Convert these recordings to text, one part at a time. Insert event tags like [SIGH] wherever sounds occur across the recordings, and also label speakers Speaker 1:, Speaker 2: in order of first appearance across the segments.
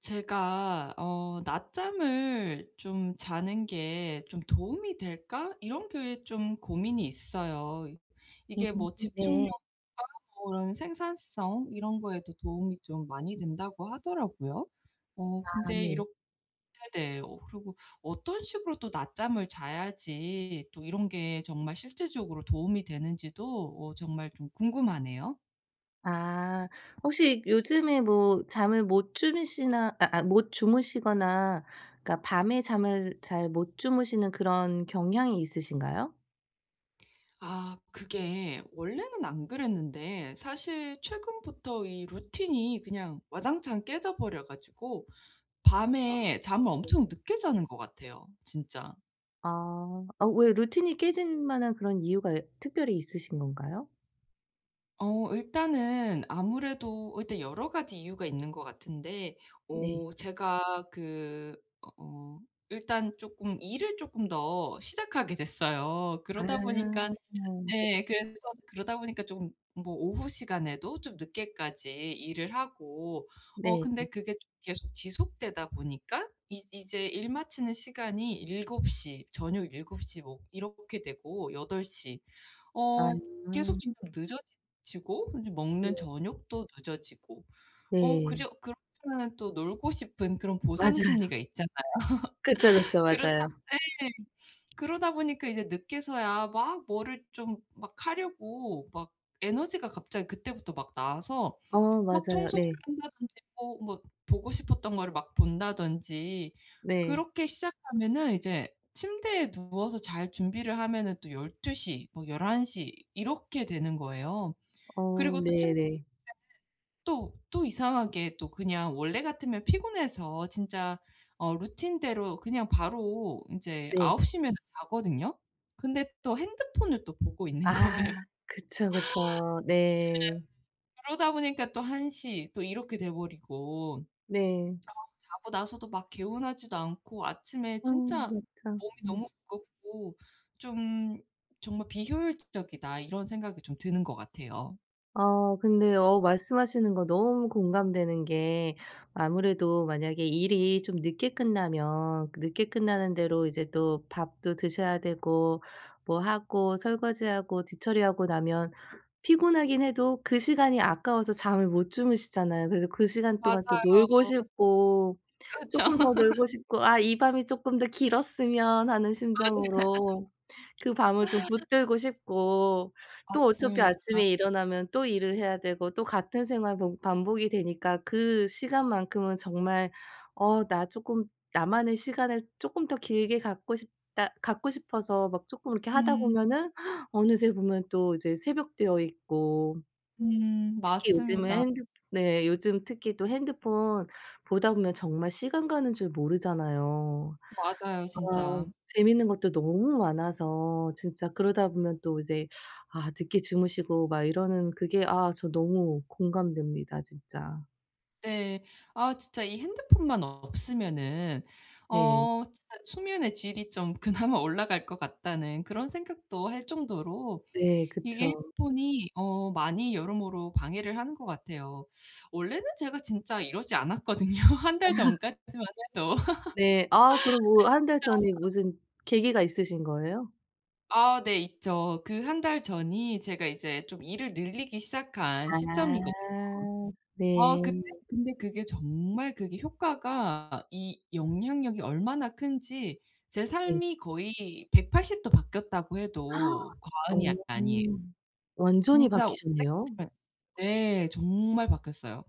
Speaker 1: 제가 '낮잠을 좀 자는 게 좀 도움이 될까?' 이런 게 좀 고민이 있어요.
Speaker 2: 음
Speaker 1: 이게 뭐
Speaker 2: 네.
Speaker 1: 집중력과 뭐 이런 생산성 이런 거에도 도움이 좀 많이 된다고 하더라고요.
Speaker 2: 아
Speaker 1: 근데
Speaker 2: 네.
Speaker 1: 이렇게. 네. 그리고 어떤 식으로 또 낮잠을 자야지 또 이런 게 정말 실질적으로 도움이 되는지도 정말 좀 궁금하네요.
Speaker 2: 아 혹시 요즘에 뭐 잠을 못 주무시나 아 못 주무시거나 그러니까 밤에 잠을 잘 못 주무시는 그런 경향이 있으신가요?
Speaker 1: 아, 그게 원래는 안 그랬는데 사실 최근부터 이 루틴이 그냥 와장창 깨져 버려 가지고
Speaker 2: 아
Speaker 1: 밤에 잠을
Speaker 2: 네.
Speaker 1: 엄청 늦게 자는 것 같아요, 진짜.
Speaker 2: 아. 아 왜 루틴이 깨질 만한 그런 이유가 특별히 있으신 건가요?
Speaker 1: 일단은 아무래도 일단 여러 가지 이유가 있는 것 같은데
Speaker 2: 네.
Speaker 1: 제가 어 일단 조금 일을 조금 더 시작하게 됐어요. 그러다
Speaker 2: 아.
Speaker 1: 보니까. 네. 그래서 그러다 보니까 좀 뭐 오후 시간에도 좀 늦게까지 일을 하고.
Speaker 2: 네.
Speaker 1: 근데 그게 좀 계속 지속되다 보니까 이 이제 일 마치는 시간이 7곱시, 저녁 7곱시 뭐 이렇게 되고 8덟 시,
Speaker 2: 아.
Speaker 1: 어 계속 점점 늦어지고 이제 먹는 저녁도 늦어지고, 어
Speaker 2: 네.
Speaker 1: 그려 그렇지만은 또 놀고 싶은 그런 보상
Speaker 2: 맞아요.
Speaker 1: 심리가 있잖아요.
Speaker 2: 그쵸,
Speaker 1: [LAUGHS]
Speaker 2: 그쵸.
Speaker 1: 그러다
Speaker 2: 맞아요.
Speaker 1: 예. 그러다 보니까 이제 늦게서야 막 뭐를 좀 막 하려고 막 에너지가 갑자기 그때부터 막 나와서
Speaker 2: 어
Speaker 1: 막
Speaker 2: 맞아요.
Speaker 1: 청소를
Speaker 2: 네.
Speaker 1: 한다든지 뭐 보고 싶었던 거를 막 본다든지.
Speaker 2: 네.
Speaker 1: 그렇게 시작하면은 이제 침대에 누워서 잘 준비를 하면은 또 1 2시뭐1 1시 이렇게 되는 거예요.
Speaker 2: 어
Speaker 1: 그리고 또
Speaker 2: 네네.
Speaker 1: 침
Speaker 2: 네.
Speaker 1: 또 또 이상하게 또 그냥 원래 같으면 피곤해서 진짜 루틴대로 그냥 바로 이제9
Speaker 2: 네.
Speaker 1: 홉시면 자거든요. 근데 또 핸드폰을 또 보고 있는
Speaker 2: 아
Speaker 1: [LAUGHS] 거예요.
Speaker 2: 그쵸, 그쵸. 네.
Speaker 1: 그러다 보니까 또1시또 이렇게 돼 버리고
Speaker 2: 네.
Speaker 1: 자고 나서도 막 개운하지도 않고 아침에 진짜
Speaker 2: 맞죠.
Speaker 1: 몸이 너무
Speaker 2: 음.
Speaker 1: 무겁고 좀 '정말 비효율적이다.' 이런 생각이 좀 드는 것 같아요.
Speaker 2: 어 근데 어 말씀하시는 거 너무 공감되는 게 아무래도 만약에 일이 좀 늦게 끝나면 그 늦게 끝나는 대로 이제 또 밥도 드셔야 되고 뭐 하고 설거지하고 뒤처리하고 나면 피곤하긴 해도 그 시간이 아까워서 잠을 못 주무시잖아요. 그래서 그 시간 동안 또
Speaker 1: 맞아요.
Speaker 2: 놀고 싶고
Speaker 1: 그렇죠.
Speaker 2: 쪼끔 더 놀고 싶고 '아 이 밤이 쪼끔 더 길었으면.' 하는
Speaker 1: [LAUGHS] 맞
Speaker 2: 심정으로 그 밤을 좀 붙들고 싶고 또 어차피
Speaker 1: 맞습니다.
Speaker 2: 아침에 일어나면 또 일을 해야 되고 또 같은 생활 반 반복이 되니까 그 시간만큼은 정말 '어 나 쪼끔 나만의 시간을 쪼끔 더 길게 갖고 싶다.' 갖고 싶어서 막 쪼끔 이렇게 하다
Speaker 1: 음.
Speaker 2: 보면은 어느새 보면 또 이제 새벽 되어 있고
Speaker 1: 음.
Speaker 2: 특히 요즘에
Speaker 1: 맞습니다.
Speaker 2: 핸드 네 요즘 특히 또 핸드폰 보다 보면 정말 시간 가는 줄 모르잖아요.
Speaker 1: 맞아요,
Speaker 2: 와
Speaker 1: 진짜.
Speaker 2: 재밌는 것도 너무 많아서 진짜 그러다 보면 또 이제 아 늦게 주무시고 막 이러는 그게 아 저 너무 공감됩니다 진짜.
Speaker 1: 네. 아, 진짜 이 핸드폰만 없으면은
Speaker 2: 네.
Speaker 1: 진짜 '수면의 질이 좀 [LAUGHS] 그나마 올라갈 것 같다.'는 그런 생각도 할 정도로
Speaker 2: 네
Speaker 1: 이게
Speaker 2: 그쵸.
Speaker 1: 핸드폰이 많이 여러모로 방해를 하는 것 같아요. 원래는 제가 진짜 이러지 않았거든요. [LAUGHS] 한 달 전까지만 해도.
Speaker 2: 네. 아 그럼한 달 전에 무슨 계기가 있으신 거예요?
Speaker 1: 아, 네, 있죠. 그 한 달 전이 제가 이제 좀 일을 늘리기 시작한
Speaker 2: 아.
Speaker 1: 시점이거든요. 그때.
Speaker 2: 네.
Speaker 1: 근데 그게 정말 그게 효과가 이 영향력이 얼마나 큰지 제
Speaker 2: 네.
Speaker 1: 삶이 거의 180도 바뀌었다고 해도
Speaker 2: 어.
Speaker 1: 과언이 아니에요.
Speaker 2: 완전히
Speaker 1: 진짜.
Speaker 2: 바뀌셨네요.
Speaker 1: 예. 네. 정말 바뀌었어요.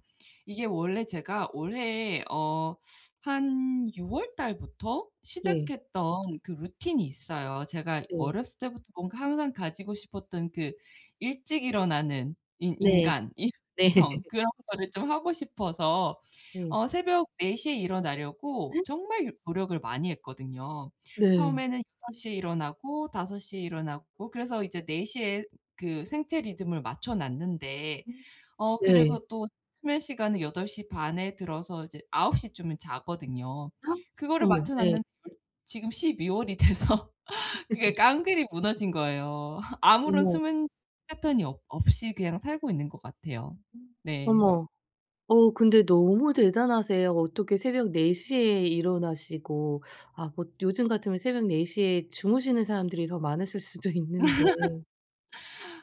Speaker 1: 이게 원래 제가 올해 한 6월 달부터
Speaker 2: 네.
Speaker 1: 시작했던 그 루틴이 있어요. 제가
Speaker 2: 네.
Speaker 1: 어렸을 때부터 뭔가 항상 가지고 싶었던 그 일찍 일어나는 인
Speaker 2: 네.
Speaker 1: 인간 이
Speaker 2: 네.
Speaker 1: [LAUGHS] 형 그런 거를 좀 하고 싶어서 새벽 4시에 일어나려고
Speaker 2: 네.
Speaker 1: 정말 요 노력을 많이 했거든요.
Speaker 2: 네.
Speaker 1: 처음에는 6시에 일어나고 5시에 일어나고, 그래서 이제 4시에 그 생체 리듬을 맞춰 놨는데
Speaker 2: 네.
Speaker 1: 그리고 또 수면 시간은 8시반에 들어서 이제 9홉시 쯤에 자거든요. 그거를
Speaker 2: 어머
Speaker 1: 맞춰
Speaker 2: 네.
Speaker 1: 놨는데, 열 지금 12 월이 돼서 [LAUGHS] 그게 깡그리 무너진 거예요. 아무런
Speaker 2: 어머.
Speaker 1: 수면 패턴이 없 없이 그냥 살고 있는 것 같아요. 네.
Speaker 2: 어머. 어 근데 너무 대단하세요. 어떻게 새벽 4시에 일어나시고 아 뭐 요즘 같으면 새벽 4시에 주무시는 사람들이 더 많으실 수도 있는데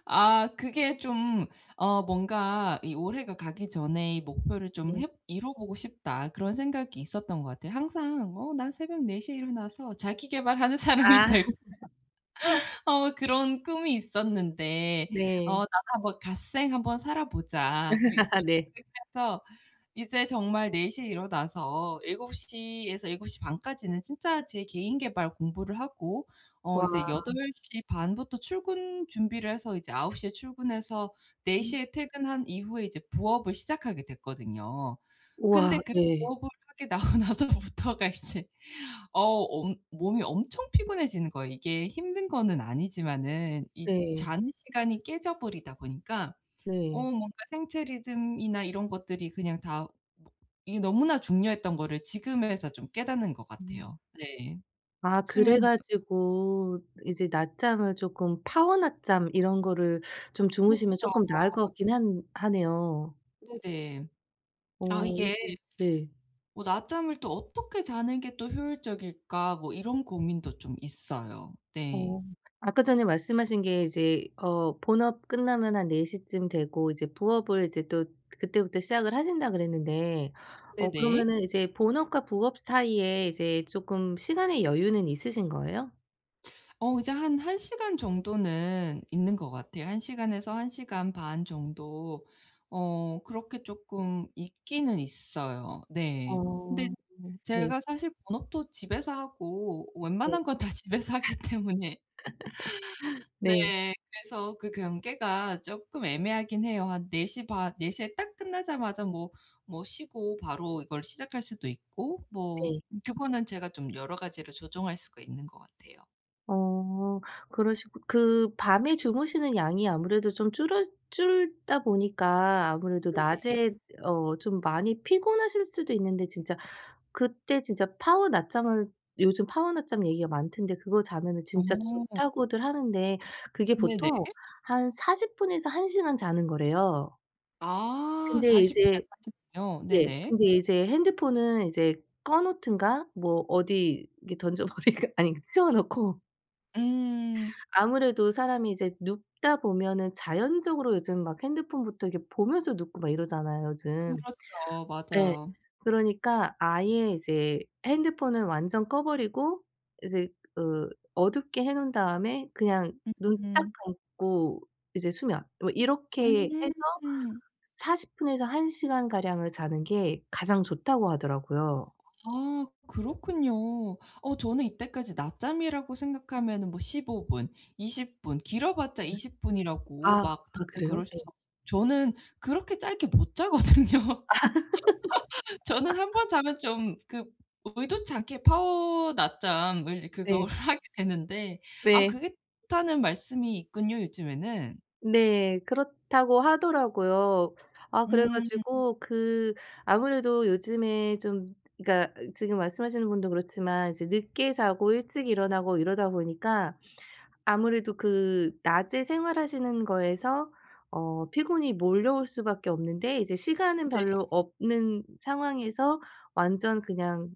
Speaker 1: 아, 그게 좀 뭔가 이 '올해가 가기 전에 이 목표를 좀
Speaker 2: 네.
Speaker 1: 해 이뤄 보고 싶다.' 그런 생각이 있었던 것 같아요. 항상 난 새벽 4시에 일어나서 자기 계발하는 [LAUGHS] 사람이
Speaker 2: 아.
Speaker 1: 될 그런 꿈이 있었는데.'
Speaker 2: 네.
Speaker 1: '나도 한번 갓생 한번 살아보자.' 이 이
Speaker 2: [LAUGHS] 네.
Speaker 1: 그래서 이제 정말 4 시에 일어나서 7곱시 에서 7시반 까지는 진짜 제 개인 계발 공부를 하고 이제
Speaker 2: 와.
Speaker 1: 8시반 부터 출근 준비를 해서 이제 9홉시에 출근해서 4시에 퇴근한 이후에 이제 부업을 시작하게 됐거든요.
Speaker 2: 와
Speaker 1: 근데 그
Speaker 2: 네.
Speaker 1: 부업을 하게 나오고 나서부터가 이제 어 엄 몸이 엄청 피곤해지는 거예요. 이게 힘든 거는 아니지만은 이
Speaker 2: 네.
Speaker 1: 자는 시간이 깨져 버리다 보니까
Speaker 2: 네.
Speaker 1: 뭔가 생체 리듬이나 이런 것들이 그냥 다 뭐 이게 너무나 중요했던 거를 지금에서 좀 깨닫는 것
Speaker 2: 음.
Speaker 1: 같아요. 네.
Speaker 2: 아 그래
Speaker 1: 수면이 너
Speaker 2: 가지고 이제 낮잠을 조금 파워 낮잠 이런 거를 좀 주무시면
Speaker 1: 그쵸.
Speaker 2: 조금 나을 것 같긴 한 하네요.
Speaker 1: 네네. 아,
Speaker 2: 어
Speaker 1: 이게
Speaker 2: 이제 네.
Speaker 1: 뭐 '낮잠을 또 어떻게 자는 게 또 효율적일까?' 뭐 이런 고민도 좀 있어요. 네.
Speaker 2: 어. 아까 전에 말씀하신 게 이제 어 본업 끝나면 한 4 시쯤 되고 이제 부업을 이제 또 그때부터 시작을 하신다 그랬는데 어
Speaker 1: 네네.
Speaker 2: 그러면은 이제 본업과 부업 사이에 이제 쪼끔 시간의 여유는 있으신 거예요?
Speaker 1: 이제 한 1 시간 정도는 있는 것 같아요. 1 시간에서 1 시간 반 정도. 그렇게 쪼끔 있기는 있어요. 네. 근데
Speaker 2: 어. 네.
Speaker 1: 제가 사실 본업도 집에서 하고
Speaker 2: 네.
Speaker 1: 웬만한 건 다 [LAUGHS] 집에서 하기 때문에. 네.
Speaker 2: 네.
Speaker 1: 그래서 그 경계가 쪼끔 애매하긴 해요. 한4시반, 네 시에 딱 끝나자마자 뭐 쉬고 바로 이걸 시작할 수도 있고 뭐.
Speaker 2: 네.
Speaker 1: 그거는 제가 좀 여러 가지로 조정할 수가 있는 것 같아요.
Speaker 2: 어 그러시고 그 밤에 주무시는 양이 아무래도 좀 줄어 줄다 보니까 아무래도
Speaker 1: 네네.
Speaker 2: 낮에 어 좀 많이 피곤하실 수도 있는데 진짜 그때 진짜 파워 낮잠을 요즘 파워 낮잠 얘기가 많던데 그거 자면은 진짜
Speaker 1: 어
Speaker 2: 좋다고들 하는데 그게
Speaker 1: 네네.
Speaker 2: 보통 한 40 분에서 1 시간 자는 거래요.
Speaker 1: 아,
Speaker 2: 근데
Speaker 1: 40 분에
Speaker 2: 이제
Speaker 1: 30 분이요?
Speaker 2: 네
Speaker 1: 네네.
Speaker 2: 근데 이제 핸드폰은 이제 꺼 놓든가 뭐 어디 이렇게 던져 버리고 [LAUGHS] 아니 치워 놓고
Speaker 1: 음.
Speaker 2: 아무래도 사람이 이제 눕다 보면은 자연적으로 요즘 막 핸드폰부터 이렇게 보면서 눕고 막 이러잖아요 요즘.
Speaker 1: 그렇죠.
Speaker 2: 예.
Speaker 1: 맞아요.
Speaker 2: 그러니까 아예 이제 핸드폰은 완전 꺼 버리고 이제 어 어둡게 해 놓은 다음에 그냥 눈 딱
Speaker 1: 음.
Speaker 2: 감고 이제 수면 뭐 이렇게 해서
Speaker 1: 음.
Speaker 2: 40 분에서 1 시간 가량을 자는 게 가장 좋다고 하더라고요.
Speaker 1: 아, 그렇군요. 저는 이때까지 낮잠이라고 생각하면은 뭐 15 분, 20분, 길어봤자 20 분이라고
Speaker 2: 아.
Speaker 1: 막
Speaker 2: 아
Speaker 1: 다들
Speaker 2: 그래요? 네.
Speaker 1: 그러셔서 저는 그렇게 짧게 못 자거든요. [LAUGHS] 저는 한 번 자면 좀 그 의도치 않게 파워 낮잠을 그거를
Speaker 2: 네.
Speaker 1: [LAUGHS] 하게 되는데. 아,
Speaker 2: 네.
Speaker 1: 그게 좋다는 말씀이 있군요, 요즘에는.
Speaker 2: 네. 그렇다고 하더라고요. 아 그래
Speaker 1: 음.
Speaker 2: 가지고 그 아무래도 요즘에 좀 그러니까 지금 말씀하시는 분도 그렇지만 이제 늦게 자고 일찍 일어나고 이러다 보니까 아무래도 그 낮에 생활하시는 거에서 어 피곤이 몰려올 수밖에 없는데 이제 시간은
Speaker 1: 네.
Speaker 2: 별로 없는 상황에서 완전 그냥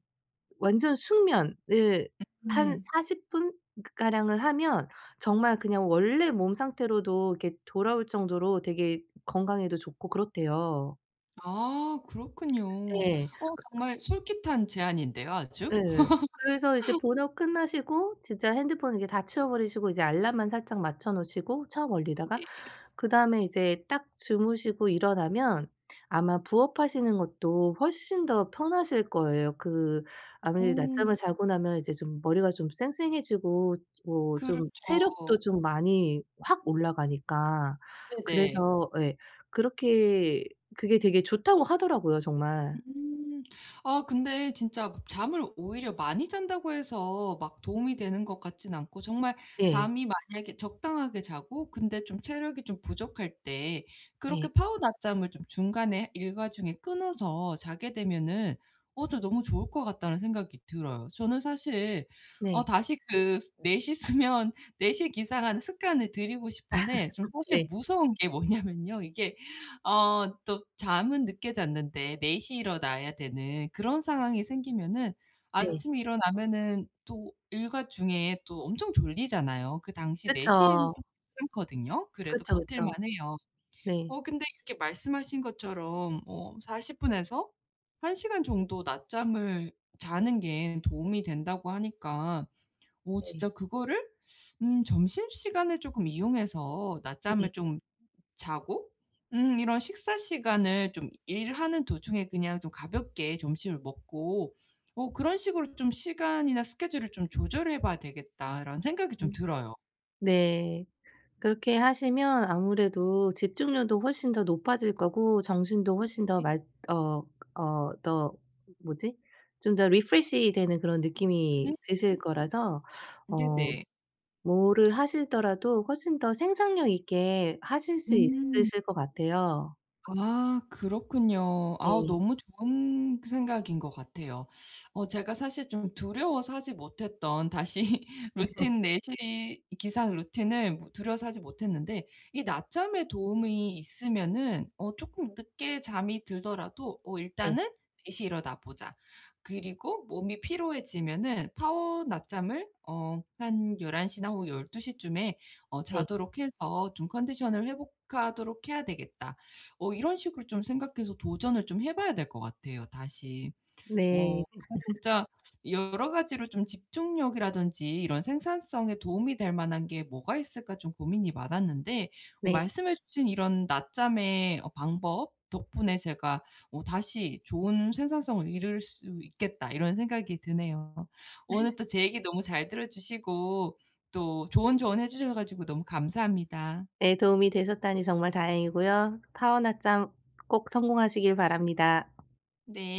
Speaker 2: 완전 숙면을 한사
Speaker 1: 음.
Speaker 2: 40분 가량을 하면 정말 그냥 원래 몸 상태로도 이렇게 돌아올 정도로 되게 건강에도 좋고 그렇대요.
Speaker 1: 아, 그렇군요.
Speaker 2: 예. 그
Speaker 1: 정말 솔깃한 제안인데요, 아주.
Speaker 2: 예. 그래서 이제 본업 끝나시고 진짜 핸드폰 이렇게 다 치워 버리시고 이제 알람만 살짝 맞춰 놓으시고 처음 올리다가 그다음에 이제 딱 주무시고 일어나면 아마 부업하시는 것도 훨씬 더 편하실 거예요. 그 아무래도 낮잠을
Speaker 1: 어
Speaker 2: 자고 나면 이제 좀 머리가 좀 쌩쌩해지고 뭐 좀
Speaker 1: 그렇죠.
Speaker 2: 체력도 좀 많이 확 올라가니까.
Speaker 1: 네네.
Speaker 2: 그래서 예. 그렇게 그게 되게 좋다고 하더라고요 정말.
Speaker 1: 음. 아, 근데 진짜 잠을 오히려 많이 잔다고 해서 막 도움이 되는 것 같진 않고, 정말
Speaker 2: 네.
Speaker 1: 잠이 만약에 적당하게 자고 근데 좀 체력이 좀 부족할 때 그렇게
Speaker 2: 네.
Speaker 1: 파워 낮잠을 좀 중간에 일과 중에 끊어서 자게 되면은 저 너무 좋을 것 같다는 생각이 들어요. 저는 사실
Speaker 2: 네.
Speaker 1: 다시 그 4시 수면, 4시 기상하는 [LAUGHS] 습관을 들이고 싶은데 좀 사실
Speaker 2: 네.
Speaker 1: 무서운 게 뭐냐면요. 이게 또 잠은 늦게 잤는데 4 시에 일어나야 되는 그런 상황이 생기면은
Speaker 2: 네.
Speaker 1: 아침에 일어나면은 또 일과 중에 또 엄청 졸리잖아요. 그 당시 4 시에는
Speaker 2: 그쵸.
Speaker 1: 또 괜찮거든요. 그래도
Speaker 2: 그쵸, 그쵸.
Speaker 1: 버틸만 해요.
Speaker 2: 네.
Speaker 1: 근데 이렇게 말씀하신 것처럼 40 분에서 1 시간 정도 낮잠을 자는 게 도움이 된다고 하니까
Speaker 2: 네.
Speaker 1: 진짜 그거를 점심시간을 조금 이용해서
Speaker 2: 네.
Speaker 1: 낮잠을 좀 자고 이런 식사 시간을 좀 일하는 도중에 그냥 좀 가볍게 점심을 먹고 뭐 그런 식으로 좀 '시간이나 스케줄을 좀 조절해 봐야 되겠다.'라는 생각이 좀
Speaker 2: 음.
Speaker 1: 들어요.
Speaker 2: 네. 그렇게 하시면 아무래도 집중력도 훨씬 더 높아질 거고 정신도 훨씬 더 말 어 어 더 뭐지? 좀 더 리프레시 되는 그런 느낌이
Speaker 1: 음.
Speaker 2: 드실 거라서 어
Speaker 1: 네네.
Speaker 2: 뭐를 하시더라도 훨씬 더 생산력 있게 하실 수
Speaker 1: 음.
Speaker 2: 있으실 것 같아요.
Speaker 1: 아, 그렇군요. 아,
Speaker 2: 네.
Speaker 1: 너무 좋은 생각인 것 같아요. 제가 사실 좀 두려워서 하지 못했던 다시 [LAUGHS] 루틴, 4시 기상 루틴을 뭐 두려워서 하지 못했는데 이 낮잠의 도움이 있으면은 조금 늦게 잠이 들더라도
Speaker 2: 네.
Speaker 1: 일단은 4시 일어나 보자. 그리고 몸이 피로해지면은 파워 낮잠을 한 1 1시나 혹은 1 2시 쯤에
Speaker 2: 네.
Speaker 1: 자도록 해서 좀 컨디션을 회복하도록 해야 되겠다. 이런 식으로 좀 생각해서 도전을 좀 해 봐야 될 것 같아요, 다시.
Speaker 2: 네. 네.
Speaker 1: 제가 진짜 여러 가지로 좀 집중력이라든지 이런 생산성에 도움이 될 만한 게 뭐가 있을까 좀 고민이 많았는데
Speaker 2: 네.
Speaker 1: 말씀해 주신 이런 낮잠의 방법 덕분에 제가 '다시 좋은 생산성을 이룰 수 있겠다.' 이런 생각이 드네요. 오늘 또 제 얘기 너무 잘 들어 주시고 또 좋은 조언해 주셔 가지고 너무 감사합니다.
Speaker 2: 네 도움이 되셨다니 정말 다행이고요. 파워 나잠꼭 성공하시길 바랍니다.
Speaker 1: 네.